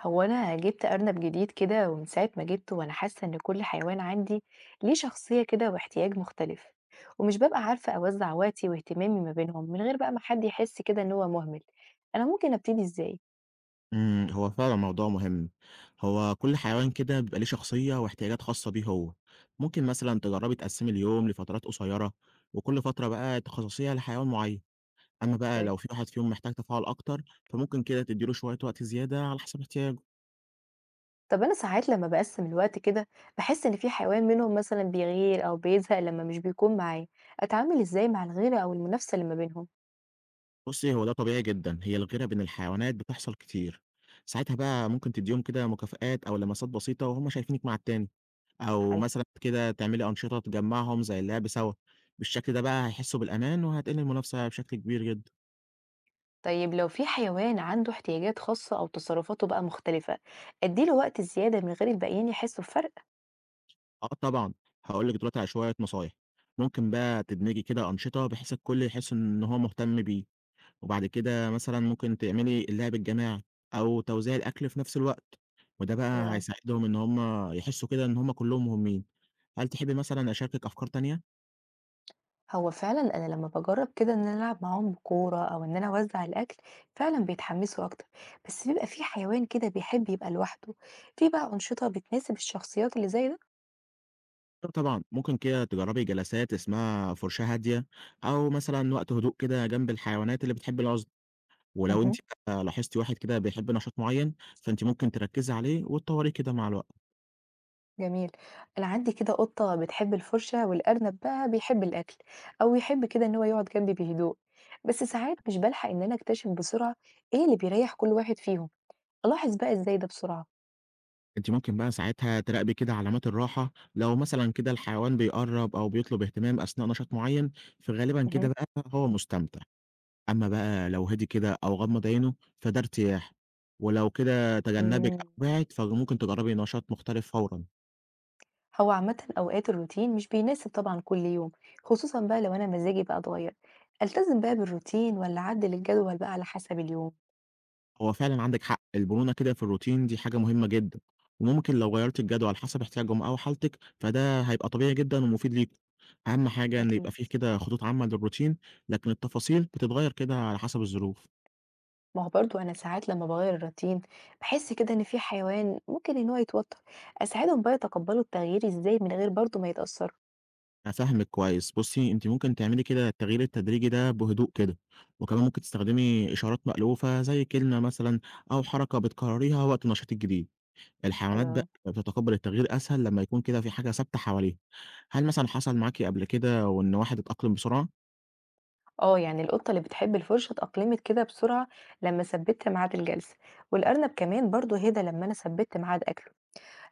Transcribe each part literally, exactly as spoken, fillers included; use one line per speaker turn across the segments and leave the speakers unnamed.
هو أنا جبت أرنب جديد كده ومن ساعة ما جبته وأنا حاسة إن كل حيوان عندي ليه شخصية كده واحتياج مختلف، ومش ببقى عارفة أوزع وقتي واهتمامي ما بينهم من غير بقى ما حد يحس كده إن هو مهمل. أنا ممكن أبتدي إزاي؟
إمم، هو فعلًا موضوع مهم، هو كل حيوان كده بيبقى ليه شخصية واحتياجات خاصة بيه هو، ممكن مثلًا تجرّبي تقسّمي اليوم لفترات قصيّرة، وكل فترة بقى تخصّصيها لحيوان معيّن، أمّا بقى لو
كويس.
في واحد فيهم محتاج تفاعل أكتر، فممكن كده تدّي له شوية وقت زيادة على حسب احتياجه.
طب أنا ساعات لما بقسم الوقت كده بحس إن في حيوان منهم مثلا بيغير أو بيزهق لما مش بيكون معايا. أتعامل إزاي مع الغيرة أو المنافسة اللي ما بينهم؟
بُصّي، هو ده طبيعي جدًا، هي الغيرة بين الحيوانات بتحصل كتير، ساعتها بقى ممكن تدّيهم كده مكافآت أو لمسات بسيطة وهُم شايفينِك مع التاني، أو
حلو.
مثلًا كده تعملي أنشطة تجمّعهم زي اللعب سوا، بالشكل ده بقى هيحسّوا بالأمان وهتقل المنافسة بشكل كبير جدًا.
طيب لو في حيوان عنده احتياجات خاصة أو تصرفاته بقى مختلفة، أديله وقت زيادة من غير الباقيين يحسوا بفرق؟
آه طبعًا، هاقول لِك دلوقتي على شوية نصايح، ممكن بقى تدمجي كده أنشطة بحيث الكل يحس إن هو مهتم بيه. وبعد كده مثلًا ممكن تعملي اللعب الجماعي أو توزيع الأكل في نفس الوقت، وده
حلو
بقى
أوي.
هيساعدهم إن هم يحسّوا كده إن هم كلّهم مهمين. هل تحبي مثلًا أشاركِك أفكار تانية؟
هو فعلًا أنا لمّا باجرّب كده إن أنا ألعب معاهم كورة أو إن أنا أوزّع الأكل، فعلًا بيتحمّسوا أكتر، بس بيبقى في حيوان كده بيحب يبقى لوحده. في بقى أنشطة بتناسب الشخصيات اللي زي ده؟
آه طبعًا، ممكن كده تجرّبي جلسات اسمها فُرشاة هادية، أو مثلًا وقت هدوء كده جنب الحيوانات اللي بتحب العزلة، ولو أنتِ
اهم.
بقى لاحظتِ واحد كده بيحب نشاط معيّن، فأنتِ ممكن تركّزي عليه وتطوّريه كده مع الوقت.
جميل. أنا عندي كده قطة بتحب الفرشة والأرنب بقى بيحب الأكل، أو يحب كده إن هو يقعد جنبي بهدوء، بس ساعات مش بالحق إن أنا أكتشف بسرعة إيه اللي بيريّح كل واحد فيهم. ألاحظ بقى إزاي ده بسرعة؟
أنتِ ممكن بقى ساعتها تراقبي كده علامات الراحة، لو مثلًا كده الحيوان بيقرّب أو بيطلب اهتمام أثناء نشاط معيّن، فغالبًا كده
اهم.
بقى هو مستمتع، أمّا بقى لو هدي كده أو غمّض عينه فده ارتياح، ولو كده تجنّبِك أو
إمم.
بعِد فممكن تجرّبي نشاط مختلف فورًا،
هو عامة أوقات الروتين مش بيناسب طبعا كل يوم، خصوصا بقى لو أنا مزاجي بقى اتغير. ألتزم بقى بالروتين ولا أعدل الجدول بقى على حسب اليوم؟
هو فعلًا عندِك حق، البرونة كده في الروتين دي حاجة مهمة جدًا، وممكن لو غيّرتِ الجدول حسب احتياجهم أو حالتِك، فده هيبقى طبيعي جدًا ومفيد ليكم، أهم حاجة إن يبقى
أكيد.
في كده خطوط عامة للروتين، لكن التفاصيل بتتغيّر كده على حسب الظروف.
ما هو برضو أنا ساعات لما بغير الروتين بحس كده إن في حيوان ممكن إن هو يتوتر. أساعدهم بقى يتقبلوا التغيير إزاي من غير برضو ما يتأثروا؟
أنا فاهمِك كويس. بُصّي، أنتِ ممكن تعملي كده التغيير التدريجي ده بهدوء كده، وكمان ممكن تستخدمي إشارات مألوفة زي كلمة مثلًا أو حركة بتكرريها وقت النشاط الجديد.
حلو
الحيوانات بقى
أوي.
بتتقبل التغيير أسهل لمّا يكون كده في حاجة ثابتة حواليها. هل مثلًا حصل معاكِ قبل كده وإن واحد اتأقلم بسرعة؟
اه، يعني القطة اللي بتحب الفرشة اتأقلمت كده بسرعة لما ثبتت ميعاد الجلسة، والأرنب كمان برضو هدى لما أنا ثبتت ميعاد أكله.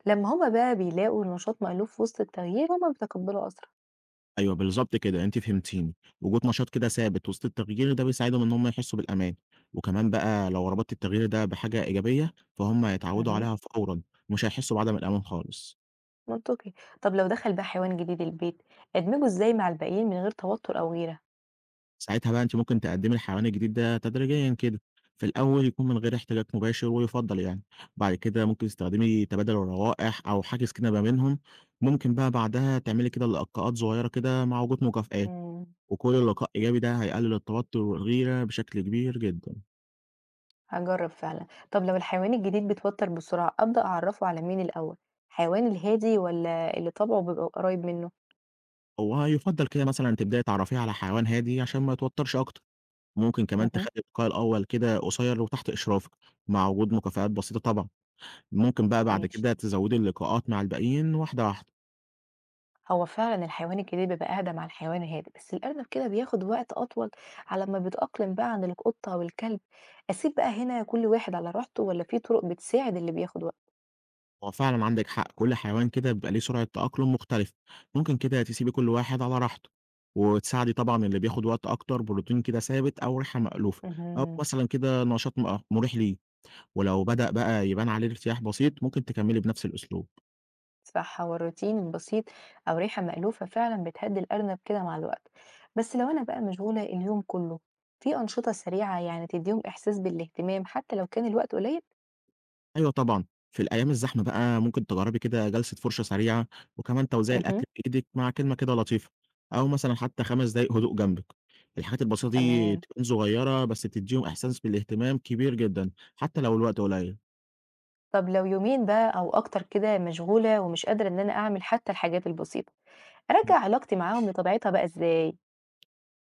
لما هما بقى بيلاقوا النشاط مألوف وسط التغيير هما بيتقبلوا أسرع.
أيوه بالضبط كده، أنتِ فهمتيني. وجود نشاط كده ثابت وسط التغيير ده بيساعدهم إن هم يحسوا بالأمان، وكمان بقى لو ربطتِ التغيير ده بحاجة إيجابية، فهُم هيتعودوا
اهم.
عليها فورًا، ومش هيحسوا بعدم الأمان خالص.
منطقي. طب لو دخل بقى حيوان جديد البيت، أدمجه إزاي مع الباقيين من غير توتر أو غيرة؟
ساعتها بقى أنتِ ممكن تقدّمي الحيوان الجديد ده تدريجيًا كده، في الأول يكون من غير احتكاك مباشر ويُفضّل يعني، بعد كده ممكن تستخدمي تبادل الروائح أو حاجز كده ما بينهم، ممكن بقى بعدها تعملي كده لقاءات صغيرة كده مع وجود مكافآت،
امم.
وكل لقاء إيجابي ده هيقلل التوتر والغيرة بشكل كبير جدًا،
هاجرب فعلًا. طب لو الحيوان الجديد بيتوتر بسرعة، أبدأ أعرفه على مين الأول؟ الحيوان الهادي ولا اللي طبعه بيبقى قريب منه؟
ويُفضّل كده مثلًا تبدئي تعرّفيه على حيوان هادي عشان ما يتوترش أكتر، ممكن كمان
اهم.
تخلّي اللقاء الأول كده قصير وتحت إشرافِك، مع وجود مكافآت بسيطة طبعًا، ممكن بقى بعد
ماشي.
كده تزوّدي اللقاءات مع الباقيين واحدة واحدة.
هو فعلًا الحيوان الجديد بيبقى أهدى مع الحيوان الهادي، بس الأرنب كده بياخد وقت أطول على ما بيتأقلم بقى عن القطة أو الكلب. أسيب بقى هنا كل واحد على راحته ولا في طرق بتساعد اللي بياخد وقت؟
هو فعلا عندك حق كل حيوان كده بيبقى ليه سرعة تأقلم مختلفة ممكن كده تسيبي كل واحد على راحته وتساعدي طبعا اللي بياخد وقت أكتر بروتين كده ثابت أو ريحة مألوفة أو
مهم.
مثلا كده نشاط م- مريح ليه ولو بدأ بقى يبان عليه ارتياح بسيط ممكن تكملي بنفس الأسلوب
صح، هو الروتين بسيط أو ريحة مألوفة فعلا بتهدي الأرنب كده مع الوقت. بس لو أنا بقى مشغولة اليوم كله، في أنشطة سريعة يعني تديهم إحساس بالاهتمام حتى لو كان الوقت قليل؟
أيوه طبعًا، في الأيام الزحمة بقى ممكن تجرّبي كده جلسة فرشة سريعة، وكمان توزيع
مهم.
الأكل بإيدِك مع كلمة كده لطيفة، أو مثلًا حتى خمس دقايق هدوء جنبِك، الحاجات البسيطة دي
تمام.
تبان صغيرة بس بتديهم إحساس بالاهتمام كبير جدًا، حتى لو الوقت قليل.
طب لو يومين بقى أو أكتر كده مشغولة ومش قادرة إن أنا أعمل حتى الحاجات البسيطة، أرجع
إمم.
علاقتي معاهم لطبيعتها بقى إزاي؟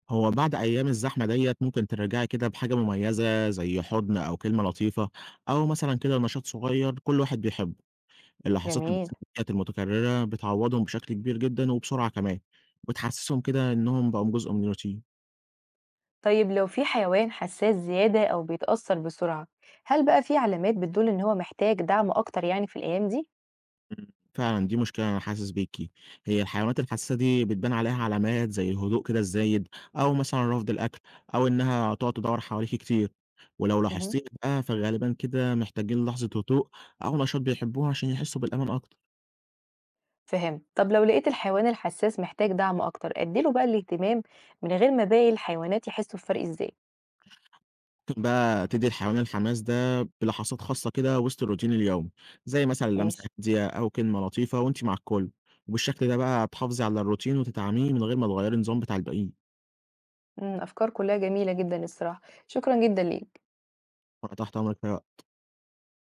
هو بعد أيام الزحمة ديّة ممكن ترجعي كده بحاجة مميزة زي حضن أو كلمة لطيفة، أو مثلًا كده نشاط صغير كل واحد بيحبه، اللحظات
جميل.
البسيطة ديّة المتكررة بتعوّضهم بشكل كبير جدًا وبسرعة كمان، وبتحسسهم كده إنهم بقوا جزء من الروتين.
طيب لو في حيوان حساس زيادة أو بيتأثر بسرعة، هل بقى في علامات بتدل إن هو محتاج دعم أكتر يعني في الأيام دي؟
إمم، فعلًا دي مشكلة أنا حاسس بيكِ، هي الحيوانات الحساسة دي بتبان عليها علامات زي الهدوء كده الزايد، أو مثلًا رفض الأكل، أو إنها تقعد تدوّر حواليكِ كتير، ولو
مهم.
لاحظتيها بقى فغالبًا كده محتاجين لحظة هدوء أو نشاط بيحبوها عشان يحسوا بالأمان أكتر،
فهمت. طب لو لقيت الحيوان الحساس محتاج دعم أكتر، أدّي له بقى الاهتمام من غير ما باقي الحيوانات يحسّوا بفرق إزاي؟
ممكن بقى تدّي الحيوان الحماس ده بلحظات خاصة كده وسط الروتين اليومي، زي مثلًا لمسة
ماشي.
هادية أو كلمة لطيفة وأنتِ مع الكل، وبالشكل ده بقى هتحافظي على الروتين وتدعميه من غير ما تغيّري النظام بتاع الباقيين،
إمم، أفكار كلّها جميلة جدًا الصراحة. شكرًا جدًا ليك.
وأنا تحت أمرِك في أي وقت.